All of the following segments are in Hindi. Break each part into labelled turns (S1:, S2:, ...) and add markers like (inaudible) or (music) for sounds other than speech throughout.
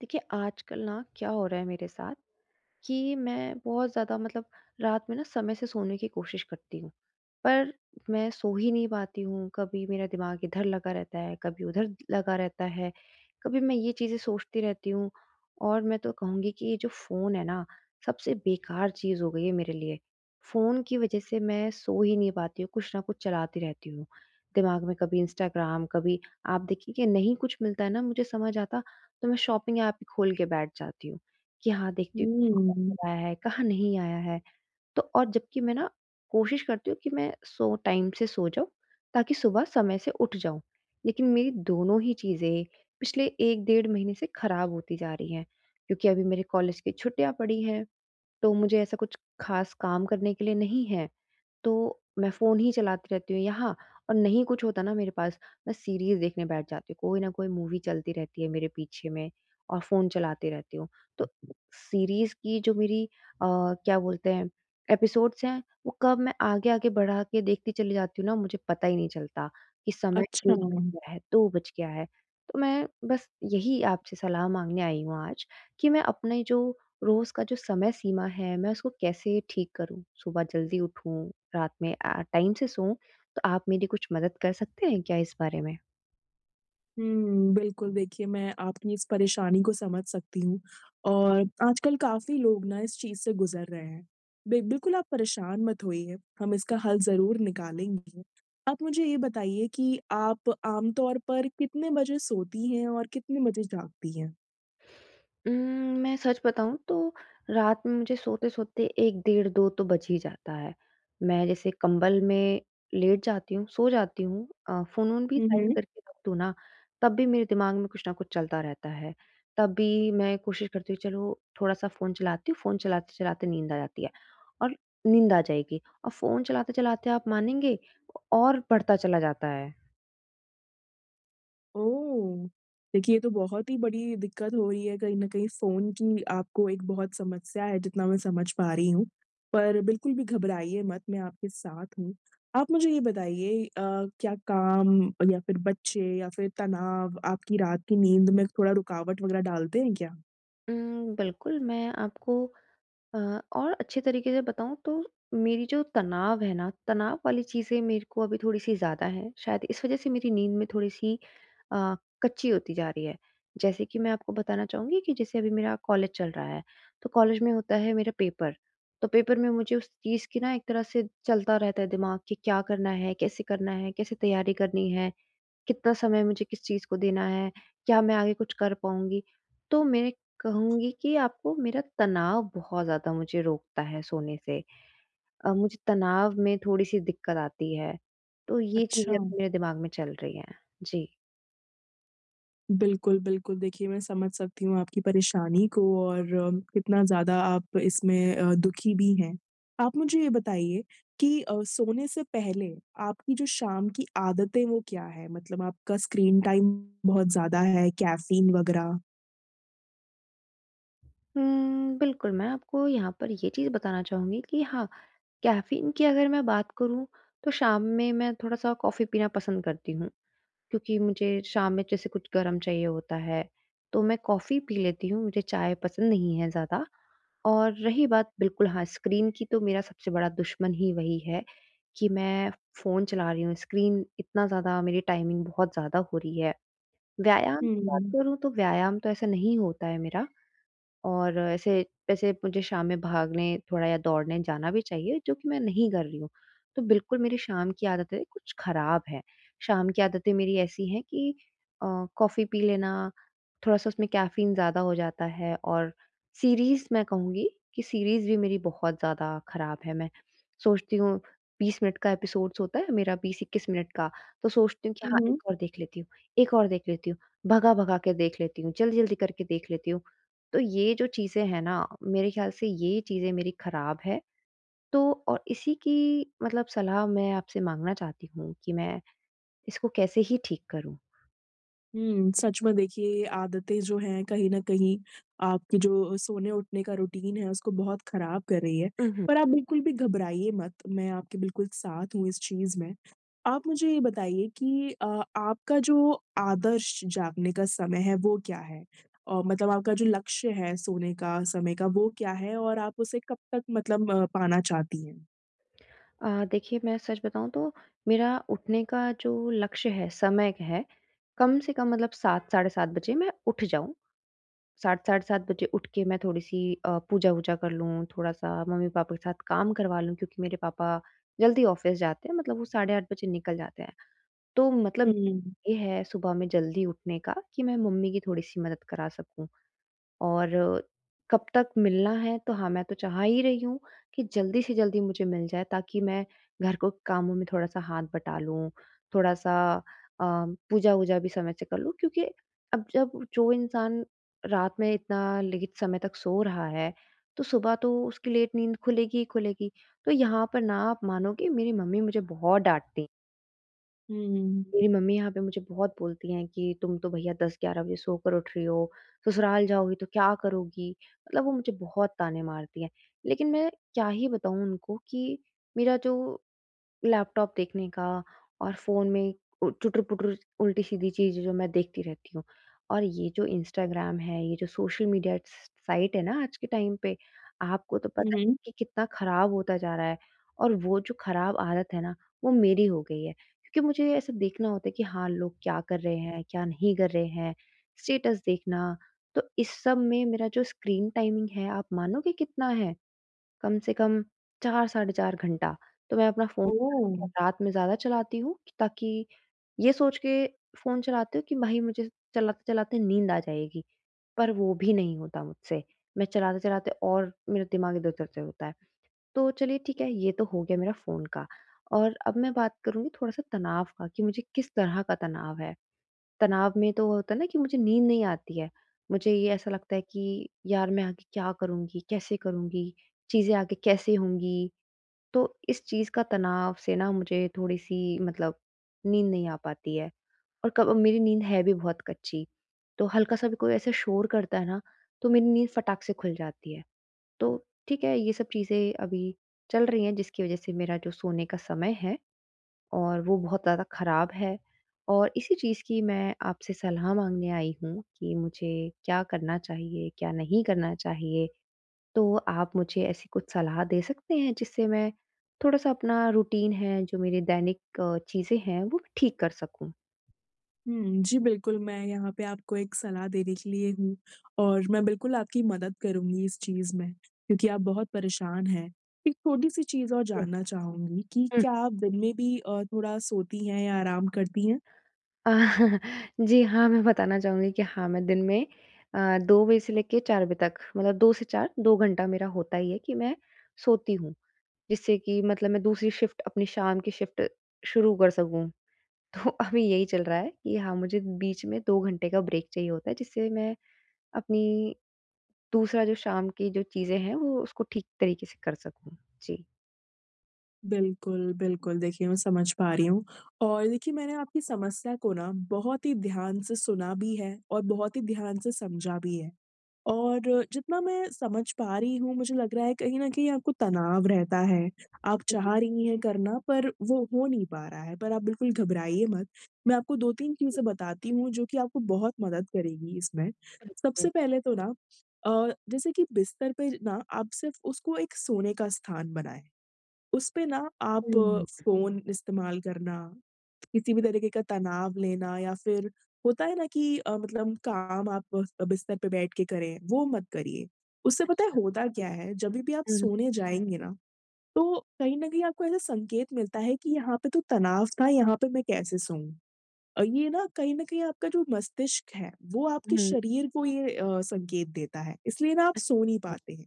S1: देखिए आजकल ना क्या हो रहा है मेरे साथ कि मैं बहुत ज़्यादा मतलब रात में ना समय से सोने की कोशिश करती हूँ, पर मैं सो ही नहीं पाती हूँ। कभी मेरा दिमाग इधर लगा रहता है, कभी उधर लगा रहता है, कभी मैं ये चीज़ें सोचती रहती हूँ। और मैं तो कहूँगी कि ये जो फ़ोन है ना, सबसे बेकार चीज़ हो गई है मेरे लिए। फ़ोन की वजह से मैं सो ही नहीं पाती हूँ, कुछ ना कुछ चलाती रहती हूँ। दिमाग में कभी इंस्टाग्राम, कभी आप देखिए कि नहीं कुछ मिलता है ना मुझे समझ आता, तो मैं शॉपिंग ऐप ही खोल के बैठ जाती हूँ, कि हाँ देखती
S2: हुँ,
S1: हूँ आया है, कहाँ नहीं आया है। तो और जबकि मैं ना कोशिश करती हूँ कि मैं सो टाइम से सो जाऊँ, ताकि सुबह समय से उठ जाऊँ। लेकिन मेरी दोनों ही चीज़ें पिछले 1 डेढ़ महीने से खराब होती जा रही हैं, क्योंकि अभी मेरे कॉलेज की छुट्टियाँ पड़ी हैं। तो मुझे ऐसा कुछ ख़ास काम करने के लिए नहीं है, तो मैं फ़ोन ही चलाती रहती हूँ या हाँ और नहीं कुछ होता ना मेरे पास, मैं सीरीज़ देखने बैठ जाती हूँ, कोई ना कोई मूवी चलती रहती है मेरे पीछे में और फ़ोन चलाती रहती हूँ। तो सीरीज़ की जो मेरी क्या बोलते हैं एपिसोड्स हैं, वो कब मैं आगे-आगे बढ़ा के देखती चली जाती हूँ ना मुझे पता ही नहीं चलता कि समय
S2: अच्छा।
S1: 1 बज गया है, 2 बज गया है। तो मैं बस यही आपसे सलाह माँगने आई हूँ आज कि मैं अपने जो रोज़ का जो समय सीमा है, मैं उसको कैसे ठीक करूँ? सुबह जल्दी उठूँ, रात में टाइम से सोऊँ, तो आप मेरी कुछ मदद कर सकते हैं क्या इस बारे में?
S2: हुँ, बिल्कुल देखिए मैं आपकी इस परेशानी को समझ सकती हूँ और आजकल काफ़ी लोग ना इस चीज़ से गुज़र रहे हैं। बि बिल्कुल आप परेशान मत होइए, हम इसका हल ज़रूर निकालेंगे। आप मुझे ये बताइए कि आप आमतौर पर कितने बजे सोती हैं और कितने बजे जागती हैं?
S1: उम, मैं सच बताऊँ तो रात में मुझे सोते-सोते 1 डेढ़ 2 तो बज ही जाता है। मैं जैसे कंबल में लेट जाती हूँ, सो जाती हूँ फ़ोन-वोन भी
S2: हुँ,
S1: साइड
S2: हुँ।
S1: करके रख दूँ ना, तब भी मेरे दिमाग में कुछ न कुछ चलता रहता है। तब भी मैं कोशिश करती हूँ चलो थोड़ा-सा फ़ोन चलाती हूँ, फ़ोन चलाते-चलाते नींद आ जाती है और नींद आ जाएगी और फ़ोन चलाते-चलाते आप मानेंगे और बढ़ता चला जाता है।
S2: ओह! देखिए, ये तो बहुत ही बड़ी दिक्कत हो रही है कहीं न कहीं फ़ोन की आपको एक बहुत समस्या है जितना मैं समझ पा रही हूँ। पर बिल्कुल भी घबराइए मत, मैं आपके साथ हूँ। आप मुझे ये बताइए क्या काम या फिर बच्चे या फिर तनाव आपकी रात की नींद में थोड़ा रुकावट वगैरह डालते हैं क्या?
S1: बिल्कुल, मैं आपको और अच्छे तरीके से बताऊँ तो मेरी जो तनाव है ना, तनाव वाली चीज़ें मेरे को अभी थोड़ी-सी ज़्यादा हैं। शायद इस वज़ह से मेरी नींद में थोड़ी-सी अ, कच्ची होती जा रही है। जैसे कि मैं आपको बताना चाहूँगी कि जैसे अभी मेरा कॉलेज चल रहा है, तो कॉलेज में होता है मेरा पेपर। तो पेपर में मुझे उस चीज़ की ना एक तरह से चलता रहता है दिमाग कि क्या करना है, कैसे तैयारी करनी है। कितना समय मुझे किस चीज़ को देना है? क्या मैं आगे कुछ कर पाऊँगी? तो मैं कहूँगी कि आपको मेरा तनाव बहुत ज़्यादा मुझे रोकता है सोने से। मुझे तनाव में थोड़ी-सी दिक्कत आती है। तो ये
S2: अच्छा।
S1: चीज़ें अभी मेरे दिमाग में चल रही हैं। जी।
S2: बिल्कुल, बिल्कुल। देखिए, मैं समझ सकती हूँ आपकी परेशानी को और कितना ज़्यादा आप इसमें दुखी भी हैं। आप मुझे ये बताइए कि सोने से पहले आपकी जो शाम की आदतें वो क्या है? मतलब आपका स्क्रीन टाइम बहुत ज़्यादा है, कैफ़ीन वगैरह?
S1: बिल्कुल मैं आपको यहाँ पर ये चीज़ बताना चाहूँगी कि हाँ, कैफ़ीन की अगर मैं बात करूँ, तो शाम में मैं थोड़ा-सा कॉफ़ी पीना पसंद करती हूँ। क्योंकि मुझे शाम में जैसे कुछ गरम चाहिए होता है, तो मैं कॉफ़ी पी लेती हूँ, मुझे चाय पसंद नहीं है ज़्यादा। और रही बात बिल्कुल हाँ, स्क्रीन की तो मेरा सबसे बड़ा दुश्मन ही वही है कि मैं फ़ोन चला रही हूँ, स्क्रीन इतना ज़्यादा मेरी टाइमिंग बहुत ज़्यादा हो रही है। व्यायाम की बात
S2: हुँ,
S1: करूँ तो व्यायाम तो ऐसा नहीं होता है मेरा और ऐसे वैसे मुझे शाम में भागने थोड़ा या दौड़ने जाना भी चाहिए, जो कि मैं नहीं कर रही हूँ। तो बिल्कुल मेरी शाम की आदतें कुछ ख़राब हैं। शाम की आदतें मेरी ऐसी हैं कि अ, कॉफ़ी पी लेना, थोड़ा-सा उसमें कैफ़ीन ज़्यादा हो जाता है और सीरीज़ मैं कहूँगी कि सीरीज़ भी मेरी बहुत ज़्यादा ख़राब है। मैं सोचती हूँ 20 मिनट का एपिसोड्स होता है मेरा 20-21 मिनट का, तो सोचती हूँ कि
S2: हुँ,
S1: हाँ,
S2: हुँ।
S1: एक और देख लेती हूँ, एक और देख लेती हूँ, भगा-भगा के देख लेती हूँ, जल्दी-जल्दी करके देख लेती हूँ। तो ये जो चीज़ें हैं ना, मेरे ख़्याल से ये चीज़ें मेरी ख़राब है। तो और इसी की मतलब सलाह मैं आपसे माँगना चाहती हूँ कि मैं इसको कैसे ही ठीक करूँ?
S2: हुँ, सच में देखिए ये आदतें जो हैं कहीं न कहीं आपकी जो सोने-उठने का रूटीन है उसको बहुत ख़राब कर रही है।
S1: उहुँ।
S2: पर आप बिल्कुल भी घबराइए मत, मैं आपके बिल्कुल साथ हूँ इस चीज़ में। आप मुझे ये बताइए कि आपका जो आदर्श जागने का समय है वो क्या है? और मतलब आपका जो लक्ष्य है सोने का समय का वो क्या है और आप उसे कब तक मतलब पाना चाहती हैं?
S1: देखिए मैं सच बताऊँ तो मेरा उठने का जो लक्ष्य है, समय है, कम से कम मतलब 7 साढ़े 7 बजे मैं उठ जाऊँ। 7 साढ़े 7 बजे उठ के मैं थोड़ी-सी पूजा-वूजा कर लूँ, थोड़ा-सा मम्मी-पापा के साथ काम करवा लूँ क्योंकि मेरे पापा जल्दी ऑफ़िस जाते हैं, मतलब वो साढ़े 8 बजे निकल जाते हैं। तो
S2: हुँ,
S1: मतलब
S2: हुँ,
S1: ये है सुबह में जल्दी उठने का कि मैं मम्मी की थोड़ी-सी मदद करा सकूँ और कब तक मिलना है तो हाँ, मैं तो चाह ही रही हूँ कि जल्दी से जल्दी मुझे मिल जाए ताकि मैं घर को कामों में थोड़ा-सा हाथ बटा लूँ, थोड़ा-सा अ, पूजा-वूजा भी समय से कर लूँ क्योंकि अब जब जो इंसान रात में इतना लेट समय तक सो रहा है, तो सुबह तो उसकी लेट नींद खुलेगी ही खुलेगी। तो यहाँ पर ना आप मानोगे मेरी मम्मी मुझे बहुत डाँटती
S2: हुँ,
S1: मेरी मम्मी यहाँ पे मुझे बहुत बोलती हैं कि तुम तो भैया 10-11 बजे सोकर उठ रही हो, ससुराल जाओगी तो क्या करोगी? मतलब वो मुझे बहुत ताने मारती हैं। लेकिन मैं क्या ही बताऊँ उनको कि मेरा जो लैपटॉप देखने का और फ़ोन में उ चुटर-पुटर उल्टी-सीधी चीज़ें जो मैं देखती रहती हूँ। और ये जो इंस्टाग्राम है, ये जो सोशल मीडिया स साइट है ना आज के टाइम पे, आपको तो
S2: हुँ,
S1: पता है
S2: हुँ।
S1: कि कितना ख़राब होता जा रहा है। और वो जो ख़राब आदत है ना, वो मेरी हो गई है। क्योंकि मुझे ऐसा देखना होता है कि हाँ, लोग क्या कर रहे हैं, क्या नहीं कर रहे हैं, स्टेटस देखना। तो इस सब में मेरा जो स्क्रीन टाइमिंग है, आप मानोगे कितना है? कम से कम 4 साढ़े 4 घंटा, तो मैं अपना फ़ोन
S2: ओह!
S1: रात में ज़्यादा चलाती हूँ ताकि ये सोच के फ़ोन चलाती हूँ कि भाई मुझे चलाते-चलाते नींद आ जाएगी, पर वो भी नहीं होता मुझसे। मैं चलाते-चलाते और मेरा दिमाग इधर-उधर से होता है। तो चलिए ठीक है, ये तो हो गया मेरा फ़ोन का और अब मैं बात करूँगी थोड़ा-सा तनाव का कि मुझे किस तरह का तनाव है। तनाव में तो वो होता है ना कि मुझे नींद नहीं आती है। मुझे ये ऐसा लगता है कि यार मैं आगे क्या करूँगी, कैसे करूँगी, चीज़ें आगे कैसे होंगी? तो इस चीज़ का तनाव से ना मुझे थोड़ी-सी मतलब नींद नहीं आ पाती है और कब मेरी नींद है भी बहुत कच्ची। तो हल्का-सा भी कोई ऐसे शोर करता है ना, तो मेरी नींद फटाक से खुल जाती है। तो ठीक है, ये सब चीज़ें अभी चल रही हैं जिसकी वज़ह से मेरा जो सोने का समय है और वो बहुत ज़्यादा ख़राब है और इसी चीज़ की मैं आपसे सलाह माँगने आई हूँ कि मुझे क्या करना चाहिए, क्या नहीं करना चाहिए? तो आप मुझे ऐसी कुछ सलाह दे सकते हैं जिससे मैं थोड़ा-सा अपना रूटीन है, जो मेरे दैनिक चीज़ें हैं, वो ठीक कर सकूँ?
S2: हुँ, जी, बिल्कुल, मैं यहाँ पे आपको एक सलाह देने के लिए हूँ और मैं बिल्कुल आपकी मदद करूँगी इस चीज़ में, क्योंकि आप बहुत परेशान हैं। एक छोटी-सी चीज़ और
S1: हुँ,
S2: जानना चाहूँगी कि
S1: हुँ।
S2: क्या आप दिन में भी थोड़ा सोती हैं या आराम करती हैं?
S1: (laughs) जी हाँ, मैं बताना चाहूँगी कि हाँ, मैं दिन में अ, 2 बजे से लेके 4 बजे तक मतलब 2 से 4, 2 घंटा मेरा होता ही है कि मैं सोती हूँ, जिससे कि मतलब मैं दूसरी शिफ्ट अपनी शाम की शिफ्ट शुरू कर सकूँ। (laughs) तो अभी यही चल रहा है कि हाँ, मुझे बीच में 2 घंटे का ब्रेक चाहिए होता है, जिससे मैं अपनी दूसरा जो शाम की जो चीज़ें हैं वो उसको ठीक तरीके से कर सकूँ। जी।
S2: बिल्कुल, बिल्कुल, देखिए मैं समझ पा रही हूँ और देखिए मैंने आपकी समस्या को ना बहुत ही ध्यान से सुना भी है और बहुत ही ध्यान से समझा भी है। और जितना मैं समझ पा रही हूँ मुझे लग रहा है कहीं न कहीं आपको तनाव रहता है। आप
S1: जी,
S2: चाह रही हैं करना पर वो हो नहीं पा रहा है। पर आप बिल्कुल घबराइए मत। मैं आपको 2-3
S1: जी,
S2: चीज़ें बताती हूँ जो कि आपको बहुत मदद करेगी इसमें।
S1: बिल्कुल।
S2: सबसे पहले तो ना जैसे कि बिस्तर पे ना आप सिर्फ़ उसको एक सोने का स्थान बनाएँ। उस पे ना आप
S1: हुँ,
S2: फ़ोन इस्तेमाल करना किसी भी तरीके का तनाव लेना या फिर होता है ना कि मतलब काम आप बिस्तर पे बैठ के करें, वो मत करिए। उससे पता है
S1: अच्छा।
S2: होता क्या है, जभी भी आप
S1: हुँ,
S2: सोने जाएँगे ना, तो कहीं न कहीं आपको ऐसा संकेत मिलता है कि यहाँ पे तो तनाव था, यहाँ पे मैं कैसे सोऊँ? ये ना कहीं न कहीं आपका जो मस्तिष्क है, वो आपके
S1: हुँ,
S2: शरीर को ये संकेत देता है, इसलिए ना आप सो नहीं
S1: अच्छा,
S2: पाते हैं।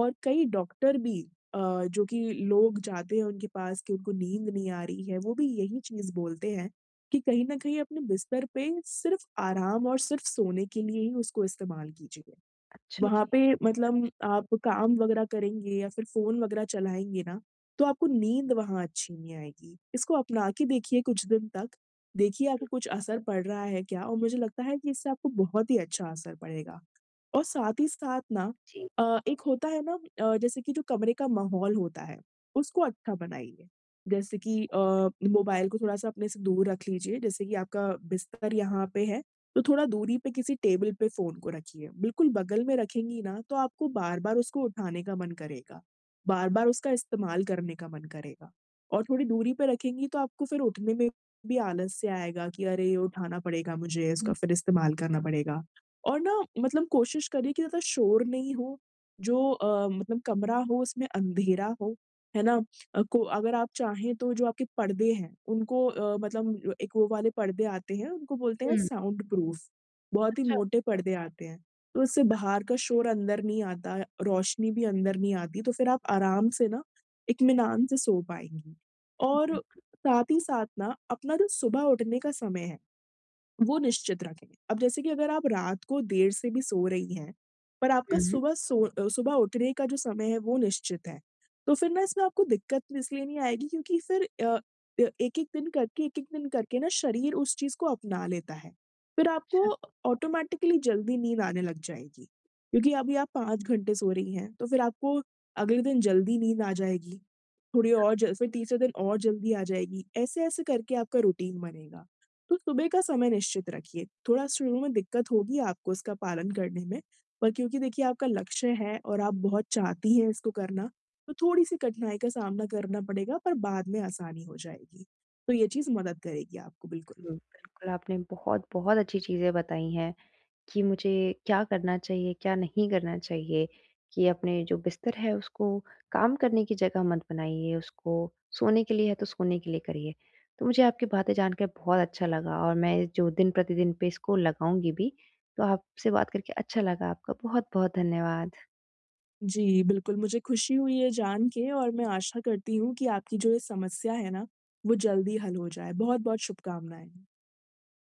S2: और कई डॉक्टर भी अ, जो कि लोग जाते हैं उनके पास कि उनको नींद नहीं आ रही है, वो भी यही चीज़ बोलते हैं कि कहीं न कहीं अपने बिस्तर पे सिर्फ़ आराम और सिर्फ़ सोने के लिए ही उसको इस्तेमाल कीजिए।
S1: अच्छा। हुँ,
S2: वहाँ पे मतलब आप काम वगैरह करेंगे या फिर फ़ोन वगैरह चलाएँगे ना, तो आपको नींद वहाँ अच्छी नहीं आएगी। इसको अपना के देखिए कुछ दिन तक, देखिए आपको कुछ असर पड़ रहा है क्या और मुझे लगता है कि इससे आपको बहुत ही अच्छा असर पड़ेगा। और साथ ही साथ ना
S1: जी।
S2: एक होता है ना जैसे कि जो कमरे का माहौल होता है, उसको अच्छा बनाइए। जैसे कि मोबाइल को थोड़ा-सा अपने से दूर रख लीजिए, जैसे कि आपका बिस्तर यहाँ पे है, तो थोड़ा दूरी पे किसी टेबल पे फ़ोन को रखिए। बिल्कुल बगल में रखेंगी ना, तो आपको बार-बार उसको उठाने का मन करेगा, बार-बार उसका इस्तेमाल करने का मन करेगा। और थोड़ी दूरी पे रखेंगी तो आपको फिर उठने में भी आलस्य आएगा कि अरे! ये उठाना पड़ेगा मुझे, इसका फिर इस्तेमाल करना पड़ेगा। और ना मतलब कोशिश करिए कि ज़्यादा शोर नहीं हो, जो मतलब कमरा हो उसमें अंधेरा हो, है ना? अ, को अगर आप चाहें तो जो आपके पर्दे हैं उनको मतलब जो एक वो वाले पर्दे आते हैं, उनको बोलते हैं
S1: हुँ, हुँ,
S2: साउंड प्रूफ, बहुत ही
S1: अच्छा।
S2: मोटे पर्दे आते हैं, तो उससे बाहर का शोर अंदर नहीं आता, रोशनी भी अंदर नहीं आती, तो फिर आप आराम से ना इत्मीनान से सो पाएँगी।
S1: हुँ,
S2: और साथ ही साथ ना अपना जो सुबह उठने का समय है वो निश्चित रखें। अब जैसे कि अगर आप रात को देर से भी सो रही हैं, पर आपका
S1: हुँ, हुँ।
S2: सुबह उठने का जो समय है वो निश्चित है, तो फिर ना इसमें आपको दिक्कत इसलिए नहीं आएगी क्योंकि फिर एक-एक दिन करके ना शरीर उस चीज़ को अपना लेता है। फिर आपको ऑटोमैटिकली जल्दी नींद आने लग जाएगी, क्योंकि अभी आप 5 घंटे सो रही हैं, तो फिर आपको अगले दिन जल्दी नींद आ जाएगी। थोड़ी और जल फिर तीसरे दिन और जल्दी आ जाएगी, ऐसे-ऐसे करके आपका रूटीन बनेगा। तो सुबह का समय निश्चित रखिए, थोड़ा शुरू में दिक्कत होगी आपको इसका पालन करने में, पर क्योंकि देखिए आपका लक्ष्य है और आप बहुत चाहती हैं इसको करना, तो थोड़ी-सी कठिनाई का सामना करना पड़ेगा पर बाद में आसानी हो जाएगी। तो ये चीज़ मदद करेगी आपको बिल्कुल।
S1: हुँ, बिल्कुल आपने बहुत-बहुत अच्छी चीज़ें बताई हैं। कि मुझे क्या करना चाहिए, क्या नहीं करना चाहिए? कि अपने जो बिस्तर है उसको काम करने की जगह मत बनाइए, उसको सोने के लिए है तो सोने के लिए करिए। तो मुझे आपकी बातें जानकर बहुत अच्छा लगा और मैं जो दिन प्रतिदिन पे इसको लगाऊँगी भी, तो आपसे बात करके अच्छा लगा। आपका बहुत-बहुत धन्यवाद।
S2: जी, बिल्कुल मुझे खुशी हुई है जान के और मैं आशा करती हूँ कि आपकी जो ये समस्या है ना, वो जल्दी हल हो जाए। बहुत-बहुत शुभकामनाएँ।